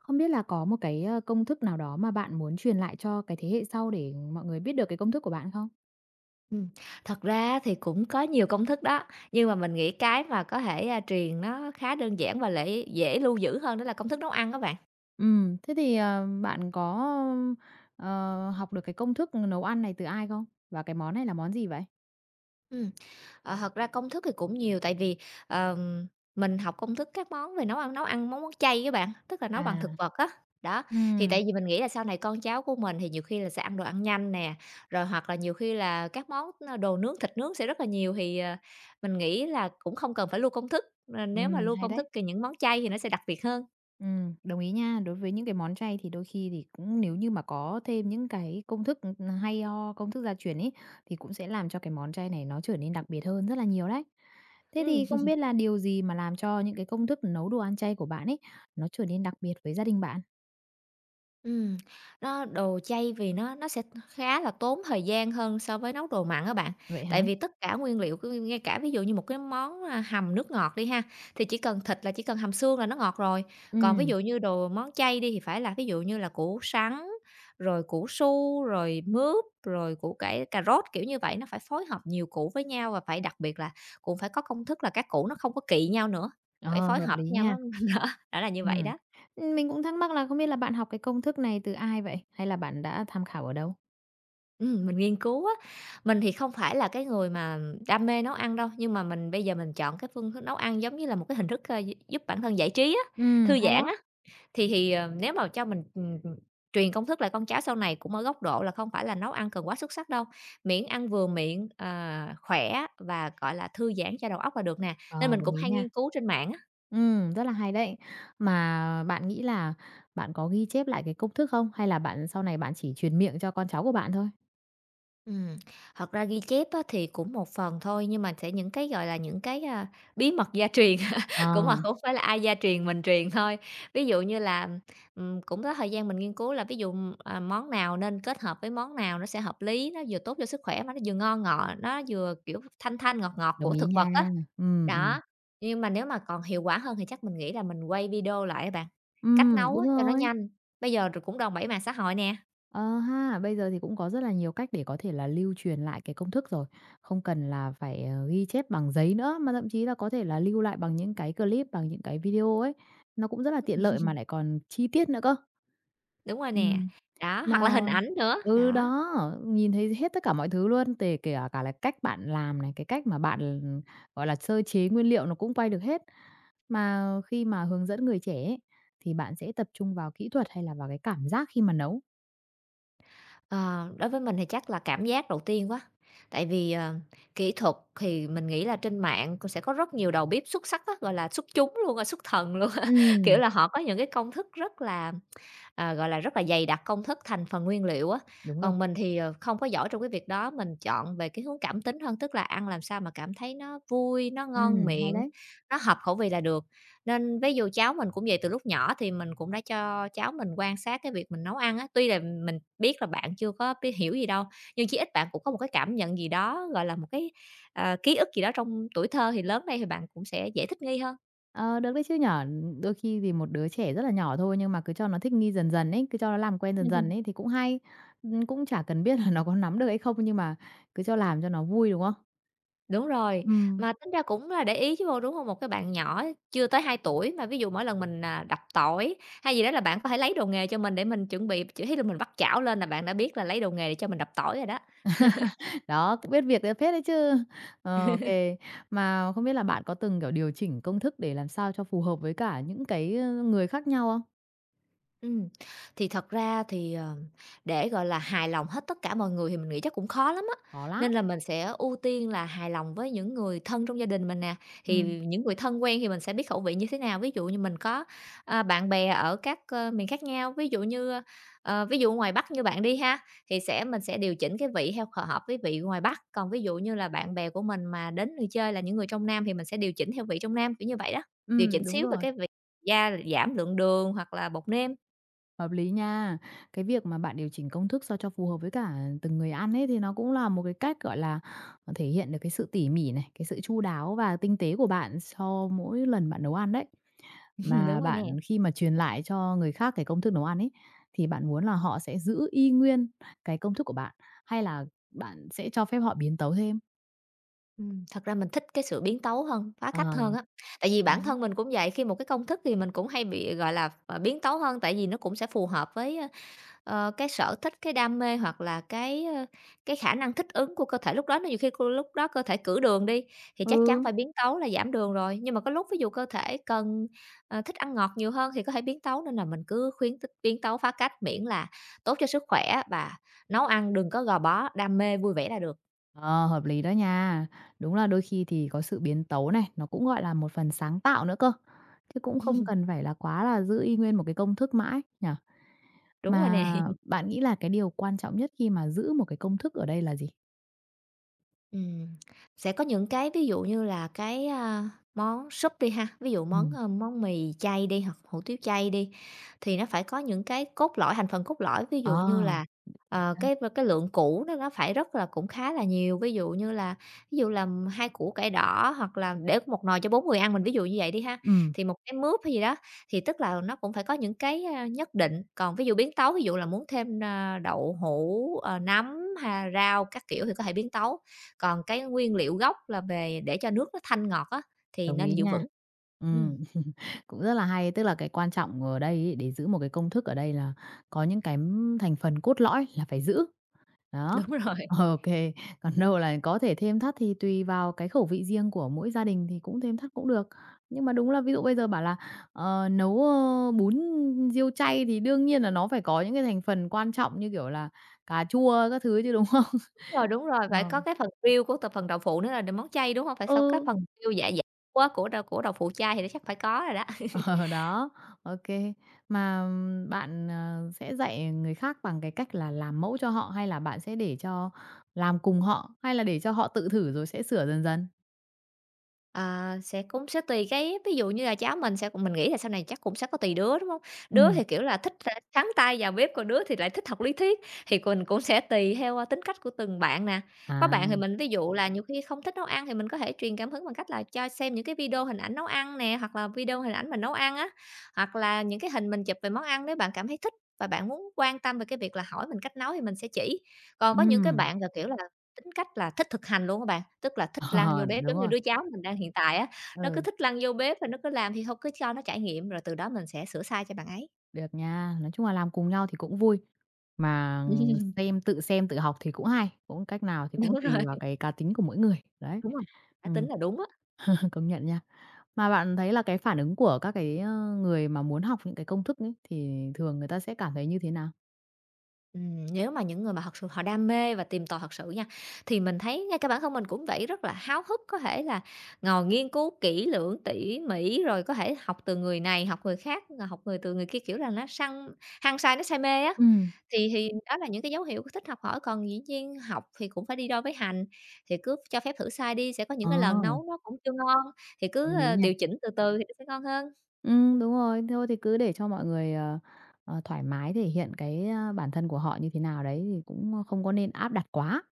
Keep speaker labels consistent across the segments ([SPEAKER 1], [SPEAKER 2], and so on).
[SPEAKER 1] Không biết là có một cái, công thức nào đó mà bạn muốn truyền lại cho cái thế hệ sau để mọi người biết được cái công thức của bạn không?
[SPEAKER 2] Ừm, Thật ra thì cũng có nhiều công thức đó, nhưng mà mình nghĩ cái mà có thể, truyền nó khá đơn giản và dễ lưu giữ hơn đó là công thức nấu ăn các bạn.
[SPEAKER 1] Ừ, thế thì, bạn có, ờ, học được cái công thức nấu ăn này từ ai không? Và cái món này là món gì vậy?
[SPEAKER 2] Ừm, Thật ra công thức thì cũng nhiều tại vì, ờm, mình học công thức các món về nấu ăn món món chay các bạn, tức là nấu
[SPEAKER 1] À.
[SPEAKER 2] bằng thực vật á. Đó,
[SPEAKER 1] Ừ.
[SPEAKER 2] thì tại vì mình nghĩ là sau này con cháu của mình thì nhiều khi là sẽ ăn đồ ăn nhanh nè, rồi hoặc là nhiều khi là các món đồ nướng, thịt nướng sẽ rất là nhiều thì, mình nghĩ là cũng không cần phải lưu công thức, nếu mà lưu
[SPEAKER 1] Hay
[SPEAKER 2] công thức
[SPEAKER 1] đấy.
[SPEAKER 2] thì những món chay thì nó sẽ đặc biệt hơn.
[SPEAKER 1] Đồng ý nha. Đối với những cái món chay thì đôi khi thì cũng nếu như mà có thêm những cái công thức, hay ho, công thức gia truyền ấy, thì cũng sẽ làm cho cái món chay này nó trở nên đặc biệt hơn rất là nhiều đấy. Thế
[SPEAKER 2] Ừm,
[SPEAKER 1] thì không biết là điều gì mà làm cho những cái công thức nấu đồ ăn chay của bạn ấy, nó trở nên đặc biệt với gia đình bạn?
[SPEAKER 2] ừm, nó đồ chay vì nó sẽ khá là tốn thời gian hơn so với nấu đồ mặn các bạn.
[SPEAKER 1] Vậy
[SPEAKER 2] Tại
[SPEAKER 1] hả?
[SPEAKER 2] vì tất cả nguyên liệu, cứ ngay cả ví dụ như một cái món, hầm nước ngọt đi ha, thì chỉ cần thịt là chỉ cần hầm xương là nó ngọt rồi. Còn ví
[SPEAKER 1] Ừm,
[SPEAKER 2] dụ như đồ món chay đi thì phải là ví dụ như là củ sắn, rồi củ su, rồi mướp, rồi củ cải, cà rốt, kiểu như vậy, nó phải phối hợp nhiều củ với nhau và phải đặc biệt là cũng phải có công thức là các củ nó không có kỵ nhau nữa, phải
[SPEAKER 1] ờ,
[SPEAKER 2] phối
[SPEAKER 1] hợp
[SPEAKER 2] hợp
[SPEAKER 1] lý
[SPEAKER 2] với nhau
[SPEAKER 1] nha.
[SPEAKER 2] nó đó, đã là như vậy
[SPEAKER 1] Ừm.
[SPEAKER 2] đó.
[SPEAKER 1] Mình cũng thắc mắc là không biết là bạn học cái công thức này từ ai vậy? Hay là bạn đã tham khảo ở đâu?
[SPEAKER 2] Mình nghiên cứu á, mình thì không phải là cái người mà đam mê nấu ăn đâu, nhưng mà mình bây giờ mình chọn cái phương thức nấu ăn giống như là một cái hình thức, ơ, gi giúp bản thân giải trí á, thư
[SPEAKER 1] Hay
[SPEAKER 2] giãn
[SPEAKER 1] đó.
[SPEAKER 2] á. Thì, nếu mà cho mình, truyền công thức lại con cháu sau này cũng ở góc độ là không phải là nấu ăn cần quá xuất sắc đâu, miễn ăn vừa miệng, khỏe và, gọi là, thư giãn cho đầu óc là được nè, nên
[SPEAKER 1] Ờ,
[SPEAKER 2] mình
[SPEAKER 1] đồng
[SPEAKER 2] cũng
[SPEAKER 1] ý
[SPEAKER 2] hay
[SPEAKER 1] nha.
[SPEAKER 2] nghiên cứu trên mạng á.
[SPEAKER 1] Rất là hay đấy. Mà bạn nghĩ là bạn có ghi chép lại cái công thức không? Hay là bạn sau này bạn chỉ truyền miệng cho con cháu của bạn thôi?
[SPEAKER 2] Ừm, Thật ra ghi chép á thì cũng một phần thôi, nhưng mà sẽ những cái, gọi là, những cái, bí mật gia truyền cũng mà
[SPEAKER 1] Ờ,
[SPEAKER 2] không phải là ai gia truyền mình truyền thôi. Ví dụ như là, cũng có thời gian mình nghiên cứu là ví dụ, món nào nên kết hợp với món nào nó sẽ hợp lý, nó vừa tốt cho sức khỏe mà nó vừa ngon ngọt nó vừa, kiểu, thanh thanh, ngọt ngọt
[SPEAKER 1] đồng
[SPEAKER 2] của
[SPEAKER 1] ý
[SPEAKER 2] thực vật á.
[SPEAKER 1] nha. Ừm, ừm.
[SPEAKER 2] Đó, nhưng mà nếu mà còn hiệu quả hơn thì chắc mình nghĩ là mình quay video lại á bạn, cách nấu
[SPEAKER 1] Đúng
[SPEAKER 2] á cho nó
[SPEAKER 1] rồi.
[SPEAKER 2] nhanh, bây giờ rồi cũng đòn bẩy mạng xã hội nè.
[SPEAKER 1] Ờ ha, bây giờ thì cũng có rất là nhiều cách để có thể là lưu truyền lại cái công thức rồi. Không cần là phải, ghi chép bằng giấy nữa, mà thậm chí là có thể là lưu lại bằng những cái clip, bằng những cái video ấy. Nó cũng rất là tiện lợi mà lại còn chi tiết nữa cơ.
[SPEAKER 2] Đúng rồi nè,
[SPEAKER 1] Ừm.
[SPEAKER 2] đó, hoặc
[SPEAKER 1] Là
[SPEAKER 2] là hình ảnh nữa,
[SPEAKER 1] ừ,
[SPEAKER 2] đó.
[SPEAKER 1] đó, nhìn thấy hết tất cả mọi thứ luôn, tề kể cả cả là cách bạn làm này, cái cách mà bạn, gọi là, sơ chế nguyên liệu nó cũng quay được hết. Mà khi mà hướng dẫn người trẻ ấy, thì bạn sẽ tập trung vào kỹ thuật hay là vào cái cảm giác khi mà nấu?
[SPEAKER 2] Ờ, Đối với mình thì chắc là cảm giác đầu tiên quá, tại vì, kỹ thuật thì mình nghĩ là trên mạng cũng sẽ có rất nhiều đầu bếp xuất sắc á, gọi là, xuất chúng luôn, rồi xuất thần luôn á, kiểu
[SPEAKER 1] Ừm,
[SPEAKER 2] là, họ có những cái công thức rất là gọi là, rất là dày đặc công thức, thành phần, nguyên liệu á.
[SPEAKER 1] đúng rồi,
[SPEAKER 2] Còn mình thì, không có giỏi trong cái việc đó, mình chọn về cái hướng cảm tính hơn, tức là ăn làm sao mà cảm thấy nó vui, nó ngon
[SPEAKER 1] hay
[SPEAKER 2] miệng,
[SPEAKER 1] đấy.
[SPEAKER 2] nó hợp khẩu vị là được. Nên ví dụ cháu mình cũng vậy, từ lúc nhỏ thì mình cũng đã cho cháu mình quan sát cái việc mình nấu ăn á. Tuy là mình biết là bạn chưa có biết hiểu gì đâu, nhưng chí ít bạn cũng có một cái cảm nhận gì đó, gọi là, một cái, ký ức gì đó trong tuổi thơ thì lớn đây thì bạn cũng sẽ dễ thích nghi hơn.
[SPEAKER 1] Ờ, được đấy chứ nhỉ? Đôi khi thì một đứa trẻ rất là nhỏ thôi nhưng mà cứ cho nó thích nghi dần dần ấy, cứ cho nó làm quen dần dần ấy thì cũng hay. Cũng chả cần biết là nó có nắm được hay không nhưng mà cứ cho làm cho nó vui, đúng không?
[SPEAKER 2] Đúng rồi,
[SPEAKER 1] Ừ.
[SPEAKER 2] mà tính ra cũng là để ý chứ bộ, đúng hông? Một cái bạn nhỏ chưa tới 2 tuổi mà ví dụ mỗi lần mình, đập tỏi hay gì đó là bạn có thể lấy đồ nghề cho mình để mình chuẩn bị chỉ thấy là mình vắt chảo lên là bạn đã biết là lấy đồ nghề để cho mình đập tỏi rồi đó.
[SPEAKER 1] Đó, cũng biết việc đấy phết đấy chứ. Ờ, OK. Mà không biết là bạn có từng, kiểu, điều chỉnh công thức để làm sao cho phù hợp với cả những cái, người khác nhau không?
[SPEAKER 2] Ừ, thì thật ra thì, để, gọi là, hài lòng hết tất cả mọi người thì mình nghĩ chắc cũng khó lắm á,
[SPEAKER 1] Có lắm.
[SPEAKER 2] nên là mình sẽ ưu tiên là hài lòng với những người thân trong gia đình mình nè. Thì
[SPEAKER 1] Ừm,
[SPEAKER 2] những người thân quen thì mình sẽ biết khẩu vị như thế nào, ví dụ như mình có, bạn bè ở các, miền khác nhau, ví dụ như, ví dụ ngoài Bắc như bạn đi ha, thì sẽ mình sẽ điều chỉnh cái vị theo hợp với vị ngoài Bắc, còn ví dụ như là bạn bè của mình mà đến người chơi là những người trong Nam thì mình sẽ điều chỉnh theo vị trong Nam, kiểu như vậy đó, điều chỉnh
[SPEAKER 1] đúng
[SPEAKER 2] xíu về
[SPEAKER 1] rồi.
[SPEAKER 2] cái vị gia giảm lượng đường hoặc là bột nêm.
[SPEAKER 1] Hợp lý nha. Cái việc mà bạn điều chỉnh công thức sao cho phù hợp với cả từng người ăn ấy thì nó cũng là một cái cách, gọi là, thể hiện được cái sự tỉ mỉ này, cái sự chu đáo và tinh tế của bạn cho mỗi lần bạn nấu ăn đấy.
[SPEAKER 2] Đúng
[SPEAKER 1] Mà
[SPEAKER 2] rồi nè.
[SPEAKER 1] bạn khi mà truyền lại cho người khác cái công thức nấu ăn ấy, thì bạn muốn là họ sẽ giữ y nguyên cái công thức của bạn hay là bạn sẽ cho phép họ biến tấu thêm?
[SPEAKER 2] Thật ra mình thích cái sự biến tấu hơn, phá cách hơn
[SPEAKER 1] Ờ.
[SPEAKER 2] á. Tại vì bản
[SPEAKER 1] Đấy.
[SPEAKER 2] thân mình cũng vậy, khi một cái công thức thì mình cũng hay bị, gọi là, biến tấu hơn, tại vì nó cũng sẽ phù hợp với, cái sở thích, cái đam mê hoặc là cái khả năng thích ứng của cơ thể lúc đó. Nó nhiều khi cô lúc đó cơ thể cử đường đi, thì chắc chắn
[SPEAKER 1] Ừ.
[SPEAKER 2] phải biến tấu là giảm đường rồi, nhưng mà có lúc ví dụ cơ thể cần, thích ăn ngọt nhiều hơn thì có thể biến tấu, nên là mình cứ khuyến tích biến tấu phá cách miễn là tốt cho sức khỏe và nấu ăn đừng có gò bó, đam mê, vui vẻ là được.
[SPEAKER 1] Ờ, hợp lý đó nha. Đúng là đôi khi thì có sự biến tấu này, nó cũng gọi là một phần sáng tạo nữa cơ, chứ cũng không cần phải là quá là giữ y nguyên một cái công thức mãi, nhỉ?
[SPEAKER 2] Đúng rồi nè.
[SPEAKER 1] Mà bạn nghĩ là cái điều quan trọng nhất khi mà giữ một cái công thức ở đây là gì?
[SPEAKER 2] Ừm, sẽ có những cái ví dụ như là cái, món súp đi ha, ví dụ món,
[SPEAKER 1] Ừm,
[SPEAKER 2] ơ, món mì chay đi hoặc hủ tiếu chay đi, thì nó phải có những cái cốt lõi, thành phần cốt lõi, ví
[SPEAKER 1] ờ,
[SPEAKER 2] dụ như là,
[SPEAKER 1] a,
[SPEAKER 2] cái lượng củ nó phải rất là cũng khá là nhiều, ví dụ như là ví dụ là 2 củ cải đỏ hoặc là để một nồi cho 4 người ăn, mình ví dụ như vậy đi ha,
[SPEAKER 1] ừm,
[SPEAKER 2] thì một cái mướp hay gì đó, thì tức là nó cũng phải có những cái, nhất định. Còn ví dụ biến tấu, ví dụ là muốn thêm, đậu hũ, nấm ha, rau các kiểu thì có thể biến tấu. Còn cái nguyên liệu gốc là về để cho nước nó thanh ngọt á, thì
[SPEAKER 1] đồng
[SPEAKER 2] nên
[SPEAKER 1] ý
[SPEAKER 2] giữ
[SPEAKER 1] nha.
[SPEAKER 2] vững.
[SPEAKER 1] Ừm,
[SPEAKER 2] Ừm,
[SPEAKER 1] cũng rất là hay, tức là cái quan trọng ở đây ấy, để giữ một cái công thức ở đây là có những cái thành phần cốt lõi là phải giữ. Đó,
[SPEAKER 2] đúng rồi,
[SPEAKER 1] ok. Còn đâu là có thể thêm thắt thì tùy vào cái khẩu vị riêng của mỗi gia đình thì cũng thêm thắt cũng được. Nhưng mà đúng là ví dụ bây giờ bảo là, nấu bún riêu chay thì đương nhiên là nó phải có những cái thành phần quan trọng như kiểu là cà chua các thứ chứ, đúng không?
[SPEAKER 2] đúng rồi, phải
[SPEAKER 1] Ờ.
[SPEAKER 2] có cái phần riêu của phần đậu phụ nữa là món chay, đúng hông? Phải sau cái
[SPEAKER 1] Ừ.
[SPEAKER 2] phần riêu dạ dày của đậu phụ chay thì nó chắc phải có rồi đó.
[SPEAKER 1] Ờ, đó, ok kê. Mà bạn, sẽ dạy người khác bằng cái cách là làm mẫu cho họ hay là bạn sẽ để cho làm cùng họ, hay là để cho họ tự thử rồi sẽ sửa dần dần?
[SPEAKER 2] Sẽ cũng sẽ tùy cái ví dụ như là cháu mình sẽ mình nghĩ là sau này chắc cũng sẽ có tùy đứa, đúng không? Đứa
[SPEAKER 1] Ừm,
[SPEAKER 2] thì, kiểu là, thích là sắn tay vào bếp, còn đứa thì lại thích học lý thuyết, thì mình cũng sẽ tùy theo, tính cách của từng bạn nè. Có
[SPEAKER 1] à,
[SPEAKER 2] bạn thì mình ví dụ là nhiều khi không thích nấu ăn thì mình có thể truyền cảm hứng bằng cách là cho xem những cái video hình ảnh nấu ăn nè, hoặc là video hình ảnh mình nấu ăn á, hoặc là những cái hình mình chụp về món ăn nếu bạn cảm thấy thích và bạn muốn quan tâm về cái việc là hỏi mình cách nấu thì mình sẽ chỉ. Còn có những cái
[SPEAKER 1] ừm.
[SPEAKER 2] bạn là, kiểu là, tính cách là thích thực hành luôn các bạn, tức là thích lăn vô
[SPEAKER 1] Ờ,
[SPEAKER 2] bếp
[SPEAKER 1] đúng
[SPEAKER 2] giống như
[SPEAKER 1] rồi.
[SPEAKER 2] đứa cháu mình đang hiện tại á, nó cứ
[SPEAKER 1] Ừ,
[SPEAKER 2] thích lăn vô bếp và nó cứ làm thì thôi cứ cho nó trải nghiệm rồi từ đó mình sẽ sửa sai cho bạn ấy.
[SPEAKER 1] được nha. Nói chung là làm cùng nhau thì cũng vui, mà xem, tự học thì cũng hay, cũng cách nào thì
[SPEAKER 2] Đúng
[SPEAKER 1] cũng tùy
[SPEAKER 2] rồi,
[SPEAKER 1] vào cái cá tính của mỗi người, đấy.
[SPEAKER 2] đúng rồi, cá tính
[SPEAKER 1] Ừm,
[SPEAKER 2] là đúng á.
[SPEAKER 1] công nhận nha. Mà bạn thấy là cái phản ứng của các cái, người mà muốn học những cái công thức ấy, thì thường người ta sẽ cảm thấy như thế nào?
[SPEAKER 2] Nếu mà những người mà thật sự họ đam mê và tìm tòi thật sự nha, thì mình thấy ngay cả bản thân mình cũng vậy, rất là háo hức, có thể là ngồi nghiên cứu kỹ lưỡng, tỉ mỉ, rồi có thể học từ người này, học người khác, học người từ người kia, kiểu là, nó săn hăng say, nó say mê á.
[SPEAKER 1] Ừm,
[SPEAKER 2] Thì đó là những cái dấu hiệu thích học hỏi, còn dĩ nhiên học thì cũng phải đi đôi với hành, thì cứ cho phép thử sai đi, sẽ có những
[SPEAKER 1] ờ,
[SPEAKER 2] cái lần nấu nó cũng chưa ngon, thì
[SPEAKER 1] hợp
[SPEAKER 2] cứ,
[SPEAKER 1] lý nha.
[SPEAKER 2] điều chỉnh từ từ thì nó sẽ ngon hơn.
[SPEAKER 1] Đúng rồi, thôi thì cứ để cho mọi người, thoải mái thể hiện cái, bản thân của họ như thế nào đấy thì cũng không có nên áp đặt quá.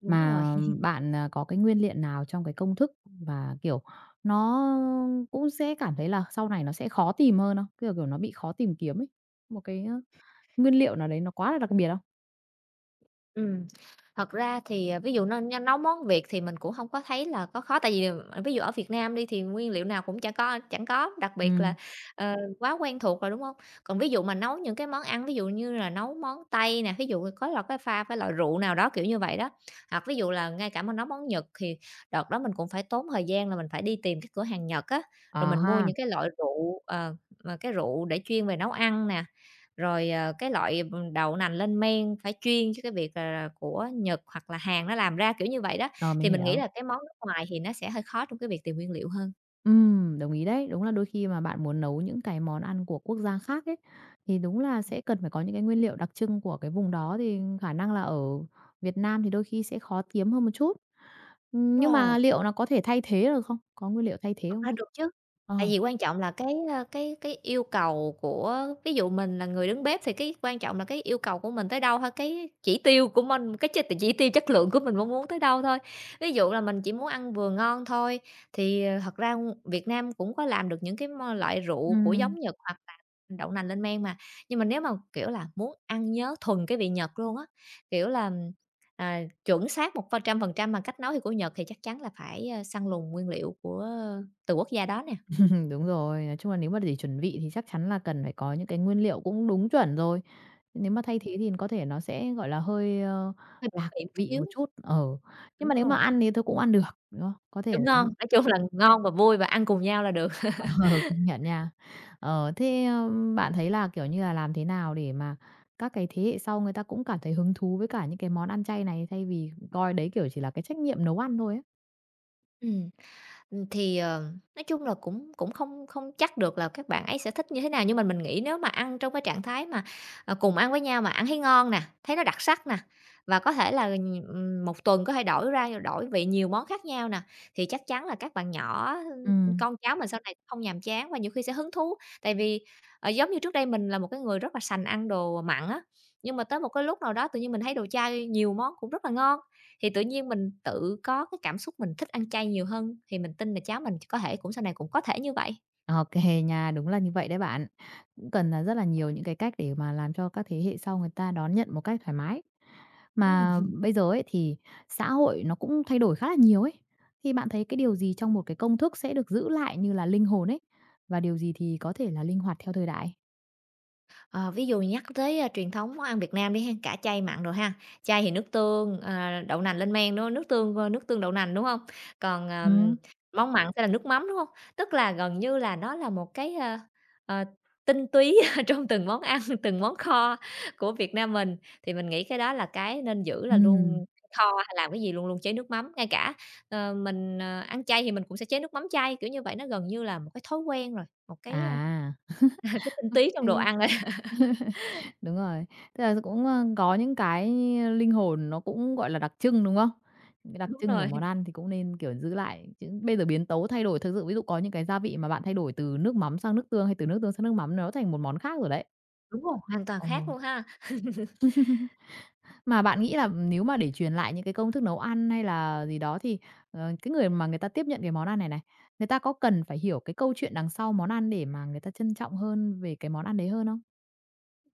[SPEAKER 2] Đúng rồi.
[SPEAKER 1] Mà bạn, có cái nguyên liệu nào trong cái công thức và, kiểu, nó cũng sẽ cảm thấy là sau này nó sẽ khó tìm hơn không? Kiểu, kiểu, nó bị khó tìm kiếm ấy, một cái, nguyên liệu nào đấy nó quá là đặc biệt không?
[SPEAKER 2] Ừ, thật ra thì, ví dụ n n nấu món Việt thì mình cũng không có thấy là có khó, tại vì, ví dụ ở Việt Nam đi thì nguyên liệu nào cũng chẳng có, đặc biệt là,
[SPEAKER 1] Ừm,
[SPEAKER 2] quá quen thuộc rồi, đúng không? Còn ví dụ mà nấu những cái món ăn, ví dụ như là nấu món Tây nè, ví dụ có là cái pha với loại rượu nào đó, kiểu như vậy đó, hoặc ví dụ là ngay cả mà nấu món Nhật thì đợt đó mình cũng phải tốn thời gian là mình phải đi tìm cái cửa hàng Nhật á,
[SPEAKER 1] à
[SPEAKER 2] rồi mình mua
[SPEAKER 1] ha,
[SPEAKER 2] những cái loại rượu, mà cái rượu để chuyên về nấu ăn nè, rồi, cái loại, đậu nành lên men phải chuyên cho cái việc là của Nhật hoặc là Hàn nó làm ra, kiểu như vậy đó.
[SPEAKER 1] rồi, mình
[SPEAKER 2] Thì mình nghĩ
[SPEAKER 1] hiểu.
[SPEAKER 2] là cái món nước ngoài thì nó sẽ hơi khó trong cái việc tìm nguyên liệu hơn.
[SPEAKER 1] Đồng ý đấy. Đúng là đôi khi mà bạn muốn nấu những cái món ăn của quốc gia khác ấy, thì đúng là sẽ cần phải có những cái nguyên liệu đặc trưng của cái vùng đó, thì khả năng là ở Việt Nam thì đôi khi sẽ khó kiếm hơn một chút.
[SPEAKER 2] Đúng
[SPEAKER 1] Nhưng
[SPEAKER 2] rồi.
[SPEAKER 1] mà liệu nó có thể thay thế được không? Có nguyên liệu thay thế
[SPEAKER 2] Thật
[SPEAKER 1] không
[SPEAKER 2] ra
[SPEAKER 1] ta?
[SPEAKER 2] được chứ, tại
[SPEAKER 1] Ờ,
[SPEAKER 2] vì quan trọng là cái, cái yêu cầu của ví dụ mình là người đứng bếp thì cái quan trọng là cái yêu cầu của mình tới đâu thôi, cái chỉ tiêu của mình, cái chỉ tiêu chất lượng của mình mong muốn tới đâu thôi. Ví dụ là mình chỉ muốn ăn vừa ngon thôi, thì, thật ra Việt Nam cũng có làm được những cái loại rượu của
[SPEAKER 1] ừm,
[SPEAKER 2] giống Nhật hoặc là đậu nành lên men mà. Nhưng mà nếu mà, kiểu là, muốn ăn nhớ thuần cái vị Nhật luôn á, kiểu là, chuẩn xác một trăm phần trăm mà cách nấu thì của Nhật thì chắc chắn là phải, săn lùng nguyên liệu của từ quốc gia đó nè,
[SPEAKER 1] đúng rồi. Nói chung là nếu mà để chuẩn vị thì chắc chắn là cần phải có những cái nguyên liệu cũng đúng chuẩn rồi. Nếu mà thay thế thì có thể nó sẽ, gọi là, hơi,
[SPEAKER 2] hơi biến
[SPEAKER 1] lạc
[SPEAKER 2] vị một
[SPEAKER 1] vị một
[SPEAKER 2] xíu.
[SPEAKER 1] chút. Ờ, nhưng mà
[SPEAKER 2] Đúng
[SPEAKER 1] nếu mà
[SPEAKER 2] rồi.
[SPEAKER 1] ăn thì tôi cũng ăn được, đúng không? Có thể.
[SPEAKER 2] Đúng ngon, nói chung là ngon và vui và ăn cùng nhau là được.
[SPEAKER 1] Ờ, công nhận nha. Ờ, thế, bạn thấy là, kiểu như là, làm thế nào để mà các cái thế hệ sau người ta cũng cảm thấy hứng thú với cả những cái món ăn chay này, thay vì coi đấy, kiểu, chỉ là cái trách nhiệm nấu ăn thôi ấy?
[SPEAKER 2] Ừm. Thì, nói chung là cũng cũng không không chắc được là các bạn ấy sẽ thích như thế nào, nhưng mà mình nghĩ nếu mà ăn trong cái trạng thái mà, cùng ăn với nhau mà ăn thấy ngon nè, thấy nó đặc sắc nè, và có thể là, 1 tuần có thể đổi ra đổi vị nhiều món khác nhau nè, thì chắc chắn là các bạn nhỏ,
[SPEAKER 1] Ừ.
[SPEAKER 2] con cháu mình sau này không nhàm chán và nhiều khi sẽ hứng thú. Tại vì, giống như trước đây mình là một cái người rất là sành ăn đồ mặn á, nhưng mà tới một cái lúc nào đó tự nhiên mình thấy đồ chay nhiều món cũng rất là ngon, thì tự nhiên mình tự có cái cảm xúc mình thích ăn chay nhiều hơn, thì mình tin là cháu mình có thể cũng sau này cũng có thể như vậy.
[SPEAKER 1] Ok kê nha, đúng là như vậy đấy bạn. Cũng cần là rất là nhiều những cái cách để mà làm cho các thế hệ sau người ta đón nhận một cách thoải mái. Mà
[SPEAKER 2] Ừm.
[SPEAKER 1] bây giờ ấy, thì xã hội nó cũng thay đổi khá là nhiều ấy, thì bạn thấy cái điều gì trong một cái công thức sẽ được giữ lại như là linh hồn ấy? Và điều gì thì có thể là linh hoạt theo thời đại?
[SPEAKER 2] Ờ, ví dụ nhắc tới, truyền thống món ăn Việt Nam đi ha, cả chay mặn rồi ha. Chay thì nước tương, đậu nành lên men, đúng hông? Nước tương, nước tương đậu nành, đúng không? Còn,
[SPEAKER 1] Ừm.
[SPEAKER 2] món mặn sẽ là nước mắm, đúng không? Tức là gần như là nó là một cái, ờ, tinh túy trong từng món ăn, từng món kho của Việt Nam mình, thì mình nghĩ cái đó là cái nên giữ là
[SPEAKER 1] Ừm,
[SPEAKER 2] luôn kho hay làm cái gì luôn luôn chế nước mắm. Ngay cả, mình, ăn chay thì mình cũng sẽ chế nước mắm chay, kiểu như vậy, nó gần như là một cái thói quen rồi, một cái,
[SPEAKER 1] à,
[SPEAKER 2] cái tinh túy trong đồ
[SPEAKER 1] ừm.
[SPEAKER 2] ăn rồi.
[SPEAKER 1] Đúng rồi. Tức là cũng, có những cái linh hồn nó cũng, gọi là, đặc trưng, đúng không? Những cái đặc
[SPEAKER 2] Đúng
[SPEAKER 1] trưng của
[SPEAKER 2] rồi.
[SPEAKER 1] món ăn thì cũng nên, kiểu, giữ lại, chứ bây giờ biến tấu thay đổi thực sự ví dụ có những cái gia vị mà bạn thay đổi từ nước mắm sang nước tương hay từ nước tương sang nước mắm nó thành một món khác rồi đấy.
[SPEAKER 2] Đúng rồi, hoàn toàn
[SPEAKER 1] Ờ,
[SPEAKER 2] khác luôn ha.
[SPEAKER 1] mà bạn nghĩ là nếu mà để truyền lại những cái công thức nấu ăn hay là gì đó thì, cái người mà người ta tiếp nhận cái món ăn này này, người ta có cần phải hiểu cái câu chuyện đằng sau món ăn để mà người ta trân trọng hơn về cái món ăn đấy hơn không?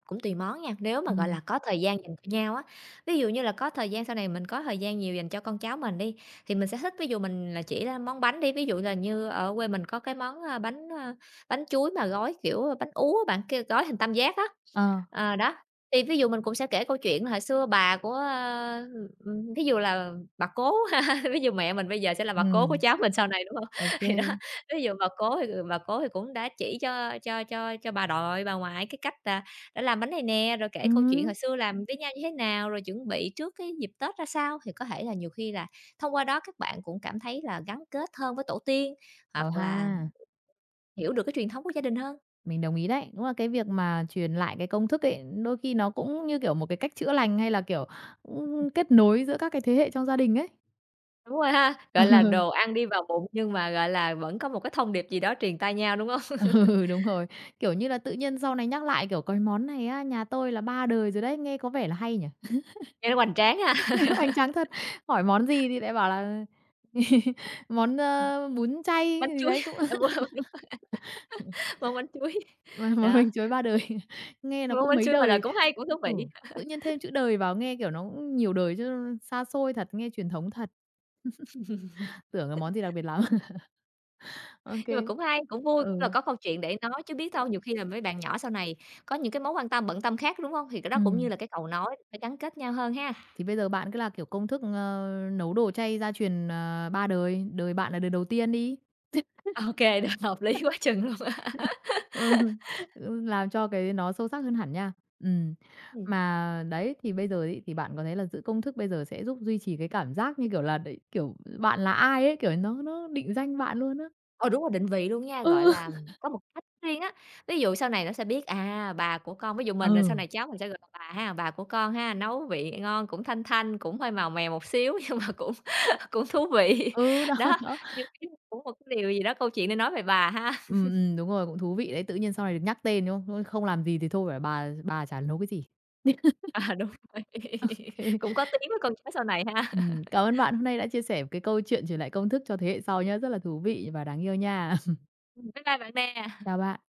[SPEAKER 2] Cũng tùy món nha, nếu mà, gọi
[SPEAKER 1] Ừm,
[SPEAKER 2] là, có thời gian dành cho nhau á, ví dụ như là có thời gian sau này mình có thời gian nhiều dành cho con cháu mình đi, thì mình sẽ thích ví dụ mình là chỉ là món bánh đi, ví dụ là như ở quê mình có cái món, bánh, bánh chuối mà gói, kiểu, bánh ú á bạn, kêu gói hình tam giác á.
[SPEAKER 1] ờ,
[SPEAKER 2] Ờ, đó, thì ví dụ mình cũng sẽ kể câu chuyện hồi xưa bà của, thí dụ là bà cố ha, ví dụ mẹ mình bây giờ sẽ là bà cố
[SPEAKER 1] ừm.
[SPEAKER 2] của cháu mình sau này, đúng hông?
[SPEAKER 1] Ô kê.
[SPEAKER 2] Thì đó, ví dụ bà cố thì cũng đã chỉ cho bà nội, bà ngoại cái cách là đã làm bánh này nè, rồi kể câu chuyện
[SPEAKER 1] Ừm,
[SPEAKER 2] hồi xưa làm với nhau như thế nào, rồi chuẩn bị trước cái dịp Tết ra sao, thì có thể là nhiều khi là thông qua đó các bạn cũng cảm thấy là gắn kết hơn với tổ tiên,
[SPEAKER 1] ờ
[SPEAKER 2] hoặc
[SPEAKER 1] ha,
[SPEAKER 2] là hiểu được cái truyền thống của gia đình hơn.
[SPEAKER 1] mình đồng ý đấy. Đúng là cái việc mà truyền lại cái công thức ấy, đôi khi nó cũng như kiểu một cái cách chữa lành, hay là, kiểu, cũng kết nối giữa các cái thế hệ trong gia đình ấy.
[SPEAKER 2] Đúng rồi ha, gọi là, đồ ăn đi vào bụng nhưng mà, gọi là, vẫn có một cái thông điệp gì đó truyền tai nhau, đúng hông?
[SPEAKER 1] Ờ, ừ, đúng rồi. Kiểu như là, tự nhiên sau này nhắc lại, kiểu: "Cái món này á, nhà tôi là 3 đời rồi đấy." Nghe có vẻ là hay nhỉ?
[SPEAKER 2] Nghe nó hoành tráng ha,
[SPEAKER 1] Nghe nó hoành tráng thật. Hỏi món gì thì lại bảo là món, bún chay
[SPEAKER 2] bánh
[SPEAKER 1] gì
[SPEAKER 2] chuối,
[SPEAKER 1] đấy cũng
[SPEAKER 2] à, wow, đúng, món bánh chuối.
[SPEAKER 1] mà
[SPEAKER 2] Đó,
[SPEAKER 1] mình chuối ba đời, nghe nó
[SPEAKER 2] món
[SPEAKER 1] cũng
[SPEAKER 2] bánh
[SPEAKER 1] mấy
[SPEAKER 2] chuối ngoài đời
[SPEAKER 1] đời.
[SPEAKER 2] cũng hay, cũng thú
[SPEAKER 1] Ừ,
[SPEAKER 2] vị,
[SPEAKER 1] tự nhiên thêm chữ đời vào nghe, kiểu, nó cũng nhiều đời chứ xa xôi thật, nghe truyền thống thật, tưởng là món gì đặc biệt lắm. ok
[SPEAKER 2] nhưng mà
[SPEAKER 1] kê.
[SPEAKER 2] cũng hay, cũng vui, cũng là
[SPEAKER 1] Ừ,
[SPEAKER 2] có câu chuyện để nói chứ biết đâu nhiều khi là mấy bạn nhỏ sau này có những cái mối quan tâm, bận tâm khác, đúng hông? Thì cái đó cũng như là cái cầu nối để gắn kết nhau hơn ha.
[SPEAKER 1] thì bây giờ bạn cứ là, kiểu, công thức, nấu đồ chay gia truyền, ba đời, đời bạn là đời đầu tiên đi.
[SPEAKER 2] Ô kê, được, hợp lý quá chừng luôn á.
[SPEAKER 1] Ừ, ừ, làm cho cái nó sâu sắc hơn hẳn nha. Ừm,
[SPEAKER 2] Ừm.
[SPEAKER 1] mà đấy, thì bây giờ ấy, thì bạn có thấy là giữ công thức bây giờ sẽ giúp duy trì cái cảm giác như kiểu là đấy, kiểu, bạn là ai ấy, kiểu, nó định danh bạn luôn á.
[SPEAKER 2] Ờ, đúng rồi, định vị luôn nha, gọi
[SPEAKER 1] Ừ.
[SPEAKER 2] là, có một cách riêng á. Ví dụ sau này nó sẽ biết, à, bà của con ví dụ mình rồi sau
[SPEAKER 1] Ừ,
[SPEAKER 2] này cháu mình sẽ gọi là bà ha, bà của con ha, nấu vị ngon, cũng thanh thanh, cũng hơi màu mè một xíu nhưng mà cũng cũng thú vị.
[SPEAKER 1] ừ, đó,
[SPEAKER 2] Đó,
[SPEAKER 1] đó.
[SPEAKER 2] nhưng khi cũng một cái điều gì đó, câu chuyện để nói về bà ha.
[SPEAKER 1] Đúng rồi, cũng thú vị đấy, tự nhiên sau này được nhắc tên, đúng không? Không làm gì thì thôi phải bà chả nấu cái gì.
[SPEAKER 2] Ờ, đúng rồi,
[SPEAKER 1] Ô kê.
[SPEAKER 2] cũng có tiếng với con cháu sau này ha.
[SPEAKER 1] Ừ, cảm ơn bạn hôm nay đã chia sẻ cái câu chuyện truyền lại công thức cho thế hệ sau nhá, rất là thú vị và đáng yêu nha.
[SPEAKER 2] Bye bye bạn nè.
[SPEAKER 1] Chào bạn.